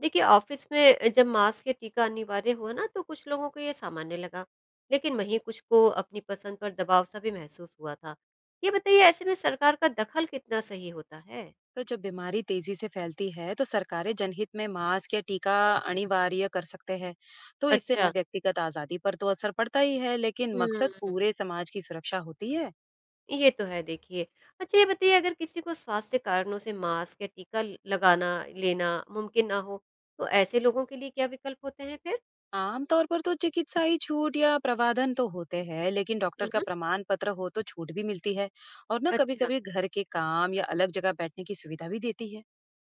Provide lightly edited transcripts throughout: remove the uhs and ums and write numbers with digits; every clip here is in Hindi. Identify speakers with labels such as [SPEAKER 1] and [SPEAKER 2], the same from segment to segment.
[SPEAKER 1] देखिए ऑफिस में जब मास्क या टीका अनिवार्य हुआ ना तो कुछ लोगों को ये सामान्य लगा। लेकिन वहीं कुछ को अपनी पसंद पर दबाव सा भी महसूस हुआ था। ये बताइए ऐसे में सरकार का दखल कितना सही होता है।
[SPEAKER 2] तो जब बीमारी तेजी से फैलती है तो सरकारें जनहित में मास्क या टीका अनिवार्य कर सकते हैं। तो इससे ना
[SPEAKER 1] अच्छा।
[SPEAKER 2] व्यक्तिगत आजादी पर तो असर पड़ता ही है, लेकिन मकसद
[SPEAKER 1] हम्म।
[SPEAKER 2] पूरे समाज की सुरक्षा होती है।
[SPEAKER 1] ये तो है। देखिए अच्छा, ये बताइए अगर किसी को स्वास्थ्य कारणों से मास्क या टीका लगाना लेना मुमकिन ना हो, तो ऐसे लोगों के लिए क्या विकल्प होते हैं फिर।
[SPEAKER 2] आमतौर पर तो चिकित्साई छूट या प्रावधान तो होते हैं, लेकिन डॉक्टर का
[SPEAKER 1] हम्म।
[SPEAKER 2] प्रमाण पत्र हो तो छूट भी मिलती है। और ना कभी
[SPEAKER 1] अच्छा।
[SPEAKER 2] कभी घर के काम या अलग जगह बैठने की सुविधा भी देती है।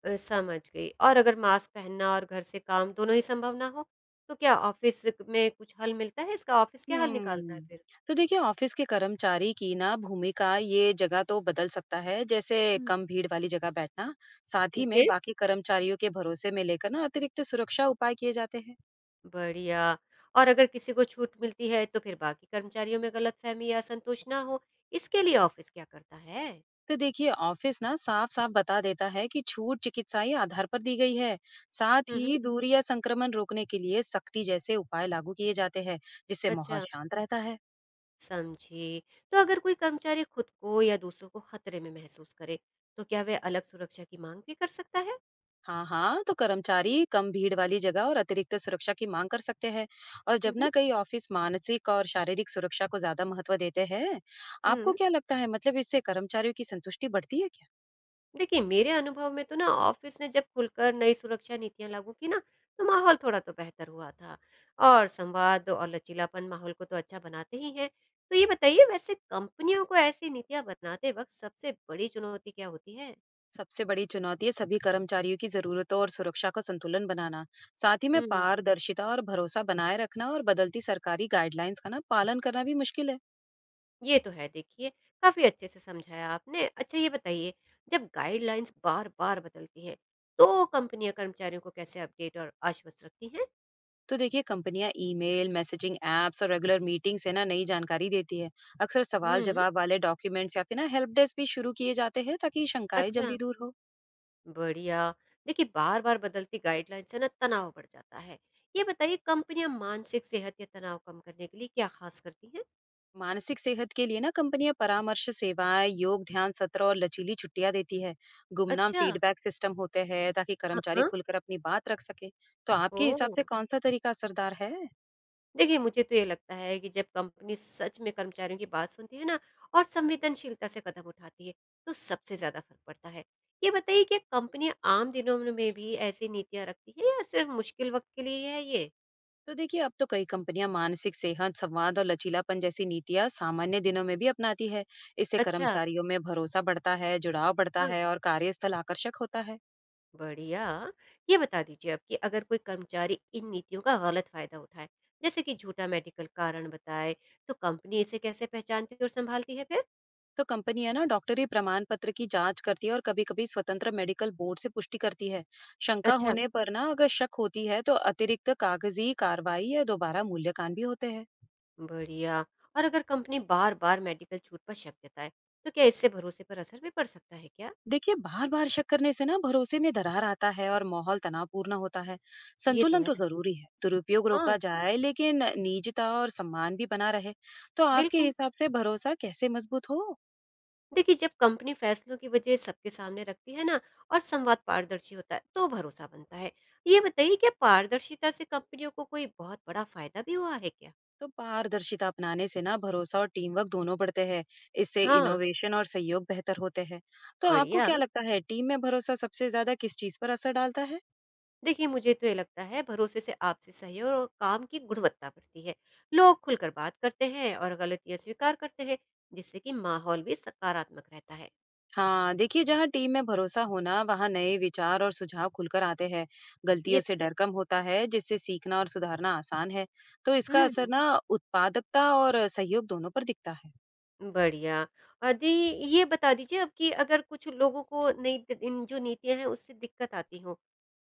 [SPEAKER 1] समझ गई। और अगर मास्क पहनना और घर से काम दोनों ही संभव ना हो, तो क्या ऑफ़िस क में कुछ हल मिलता है इसका? ऑफ़िस क्या हल निकालता है
[SPEAKER 2] हम्म।
[SPEAKER 1] फिर?
[SPEAKER 2] तो देखिए ऑफिस के कर्मचारी की ना भूमिका ये जगह तो बदल सकता है, जैसे
[SPEAKER 1] हुँ,
[SPEAKER 2] कम भीड़ वाली जगह बैठना। साथ ही
[SPEAKER 1] ठीक
[SPEAKER 2] में
[SPEAKER 1] है,
[SPEAKER 2] बाकी कर्मचारियों के भरोसे में लेकर ना अतिरिक्त सुरक्षा उपाय किए जाते हैं।
[SPEAKER 1] बढ़िया। और अगर किसी को छूट मिलती है, तो फिर बाकी कर्मचारियों में गलतफ़हमी या असंतोष ना हो, इसके लिए ऑफ़िस क्या करता है?
[SPEAKER 2] तो देखिए ऑफिस ना साफ साफ बता देता है कि छूट चिकित्साई आधार पर दी गई है। साथ
[SPEAKER 1] हुँ, हुँ।
[SPEAKER 2] ही दूरी या संक्रमण रोकने के लिए सख्ती जैसे उपाय लागू किए जाते हैं, जिससे माहौल
[SPEAKER 1] अच्छा,
[SPEAKER 2] शांत रहता है।
[SPEAKER 1] समझी। तो अगर कोई कर्मचारी खुद को या दूसरों को खतरे में महसूस करे, तो क्या वह अलग सुरक्षा की माँग भी कर सकता है?
[SPEAKER 2] हाँ हाँ, तो कर्मचारी कम भीड़ वाली जगह और अतिरिक्त सुरक्षा की मांग कर सकते हैं। और
[SPEAKER 1] हुँ,
[SPEAKER 2] जब
[SPEAKER 1] हुँ।
[SPEAKER 2] ना कई ऑफिस मानसिक और शारीरिक सुरक्षा को ज्यादा महत्व देते हैं। आपको
[SPEAKER 1] हुँ।
[SPEAKER 2] क्या लगता है, मतलब इससे कर्मचारियों की संतुष्टि बढ़ती है क्या?
[SPEAKER 1] देखिए, मेरे अनुभव में तो ना ऑफिस ने जब खुलकर नई सुरक्षा नीतियाँ लागू की ना, तो माहौल थोड़ा तो बेहतर हुआ था। और संवाद और लचीलापन माहौल को तो अच्छा बनाते ही हैं। तो ये बताइए वैसे कंपनियों को ऐसी नीतियाँ बनाते वक़्त सबसे बड़ी चुनौती क्या होती है?
[SPEAKER 2] सबसे बड़ी चुनौती है सभी कर्मचारियों की जरूरतों और सुरक्षा का संतुलन बनाना। साथ ही में
[SPEAKER 1] हुँ,
[SPEAKER 2] पारदर्शिता और भरोसा बनाए रखना और बदलती सरकारी गाइडलाइंस का ना पालन करना भी मुश्किल है।
[SPEAKER 1] ये तो है। देखिए, काफ़ी अच्छे से समझाया आपने। अच्छा ये बताइए जब गाइडलाइंस बार-बार बदलती हैं, तो कंपनियाँ कर्मचारियों को कैसे अपडेट और आश्वस्त रखती हैं?
[SPEAKER 2] तो देखिए कंपनियां ईमेल, मैसेजिंग एप्स और रेगुलर मीटिंग से ना नई जानकारी देती है। अक्सर सवाल
[SPEAKER 1] हुँ,
[SPEAKER 2] जवाब वाले डॉक्यूमेंट्स या फिर ना हेल्प डेस्क भी शुरू किए जाते हैं, ताकि शंकाएं
[SPEAKER 1] अच्छा।
[SPEAKER 2] जल्दी दूर हो।
[SPEAKER 1] बढ़िया। देखिए बार बार बदलती गाइडलाइन से ना तनाव बढ़ जाता है। ये बताइए कंपनियां मानसिक सेहत या तनाव कम करने के लिए क्या खास करती हैं।
[SPEAKER 2] मानसिक सेहत के लिए ना कंपनियां परामर्श सेवाएं, योग ध्यान सत्र और लचीली छुट्टियां देती है। गुमनाम
[SPEAKER 1] अच्छा।
[SPEAKER 2] फीडबैक सिस्टम होते हैं, ताकि
[SPEAKER 1] हाँ
[SPEAKER 2] कर्मचारी
[SPEAKER 1] हाँ।
[SPEAKER 2] खुलकर अपनी बात रख सके। तो
[SPEAKER 1] ओ,
[SPEAKER 2] आपके हिसाब से कौन सा तरीका असरदार है?
[SPEAKER 1] देखिए मुझे तो ये लगता है कि जब कंपनी सच में कर्मचारियों की बात सुनती है ना और संवेदनशीलता से कदम उठाती है, तो सबसे ज्यादा फर्क पड़ता है। ये बताइए क्या कंपनियां आम दिनों में भी ऐसी नीतियां रखती है या सिर्फ मुश्किल वक्त के लिए है ये।
[SPEAKER 2] तो देखिए अब तो कई कंपनियां मानसिक सेहत संवाद और लचीलापन जैसी नीतियां सामान्य दिनों में भी अपनाती है। इससे
[SPEAKER 1] अच्छा।
[SPEAKER 2] कर्मचारियों में भरोसा बढ़ता है, जुड़ाव बढ़ता
[SPEAKER 1] हाँ।
[SPEAKER 2] है और कार्यस्थल आकर्षक होता है।
[SPEAKER 1] बढ़िया। ये बता दीजिए अब कि अगर कोई कर्मचारी इन नीतियों का गलत फायदा उठाए, जैसे कि झूठा मेडिकल कारण बताए, तो कंपनी इसे कैसे पहचानती और संभालती है फिर।
[SPEAKER 2] तो कंपनियां ना डॉक्टरी प्रमाण पत्र की जांच करती है और कभी कभी स्वतंत्र मेडिकल बोर्ड से पुष्टि करती है। शंका
[SPEAKER 1] अच्छा।
[SPEAKER 2] होने पर ना अगर शक होती है तो अतिरिक्त कागजी कार्रवाई या दोबारा मूल्यांकन भी होते हैं।
[SPEAKER 1] बढ़िया। और अगर कंपनी बार बार मेडिकल छूट पर शक जताए, तो क्या इससे भरोसे पर असर भी पड़ सकता है क्या?
[SPEAKER 2] देखिए बार बार शक करने से ना भरोसे में दरार आता है और माहौल तनावपूर्ण होता है।
[SPEAKER 1] ये तो
[SPEAKER 2] संतुलन
[SPEAKER 1] है।
[SPEAKER 2] तो जरूरी है, दुरुपयोग
[SPEAKER 1] हाँ।
[SPEAKER 2] रोका जाए लेकिन निजता और सम्मान भी बना रहे। तो आपके
[SPEAKER 1] बिल्कुल।
[SPEAKER 2] हिसाब से भरोसा कैसे मजबूत हो?
[SPEAKER 1] देखिए जब कंपनी फैसलों की वजह सबके सामने रखती है ना और संवाद पारदर्शी होता है, तो भरोसा बनता है। ये बताइए क्या पारदर्शिता से कंपनियों को कोई बहुत बड़ा फायदा भी हुआ है क्या?
[SPEAKER 2] तो पारदर्शिता अपनाने से ना भरोसा और टीम वर्क दोनों बढ़ते हैं। इससे
[SPEAKER 1] हाँ।
[SPEAKER 2] इनोवेशन और सहयोग बेहतर होते हैं। तो आपको
[SPEAKER 1] बढ़िया।
[SPEAKER 2] क्या लगता है, टीम में भरोसा सबसे ज्यादा किस चीज पर असर डालता है?
[SPEAKER 1] देखिए मुझे तो ये लगता है भरोसे से आपसी सहयोग और काम की गुणवत्ता बढ़ती है। लोग खुलकर बात करते हैं और गलतियाँ स्वीकार करते हैं, जिससे कि माहौल भी सकारात्मक रहता है।
[SPEAKER 2] हाँ, देखिए जहाँ टीम में भरोसा होना, वहाँ नए विचार और सुझाव खुलकर आते हैं।
[SPEAKER 1] ये
[SPEAKER 2] गलतियों
[SPEAKER 1] तो
[SPEAKER 2] से
[SPEAKER 1] है।
[SPEAKER 2] डर कम होता है, जिससे सीखना और सुधारना आसान है। तो इसका असर
[SPEAKER 1] हुँ,
[SPEAKER 2] ना उत्पादकता और सहयोग दोनों पर दिखता है।
[SPEAKER 1] बढ़िया। यदि ये बता दीजिए अब कि अगर कुछ लोगों को नई इन जो नीतियाँ हैं उससे दिक्कत आती हो,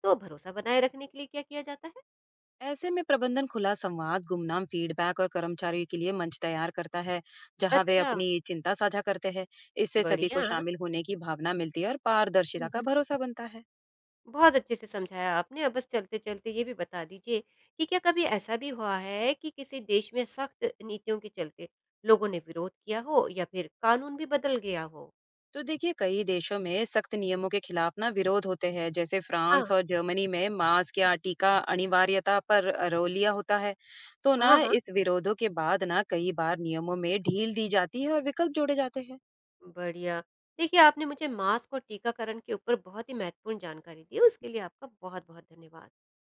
[SPEAKER 1] तो भरोसा बनाए रखने के लिए क्या किया जाता है?
[SPEAKER 2] ऐसे में प्रबंधन खुला संवाद, गुमनाम फीडबैक और कर्मचारियों के लिए मंच तैयार करता है, जहाँ वे
[SPEAKER 1] अच्छा,
[SPEAKER 2] अपनी चिंता साझा करते हैं। इससे सभी को
[SPEAKER 1] बढ़िया।
[SPEAKER 2] शामिल होने की भावना मिलती है और
[SPEAKER 1] हुँ,
[SPEAKER 2] पारदर्शिता का
[SPEAKER 1] हुँ।
[SPEAKER 2] भरोसा बनता है।
[SPEAKER 1] बहुत अच्छे से समझाया आपने। अब बस चलते-चलते ये भी बता दीजिए कि क्या कभी ऐसा भी हुआ है कि किसी देश में सख्त नीतियों के चलते लोगों ने विरोध किया हो या फिर कानून भी बदल गया हो?
[SPEAKER 2] तो देखिए कई देशों में सख्त नियमों के खिलाफ ना विरोध होते हैं, जैसे
[SPEAKER 1] हाँ।
[SPEAKER 2] फ्रांस और जर्मनी में मास्क या टीका अनिवार्यता पर रोलिया होता है। तो ना
[SPEAKER 1] हाँ, हाँ।
[SPEAKER 2] इस विरोधों के बाद ना कई बार नियमों में ढील दी जाती है और विकल्प जोड़े जाते हैं।
[SPEAKER 1] बढ़िया। देखिए आपने मुझे मास्क और टीकाकरण के ऊपर बहुत ही महत्वपूर्ण जानकारी दी, उसके लिए आपका बहुत-बहुत धन्यवाद।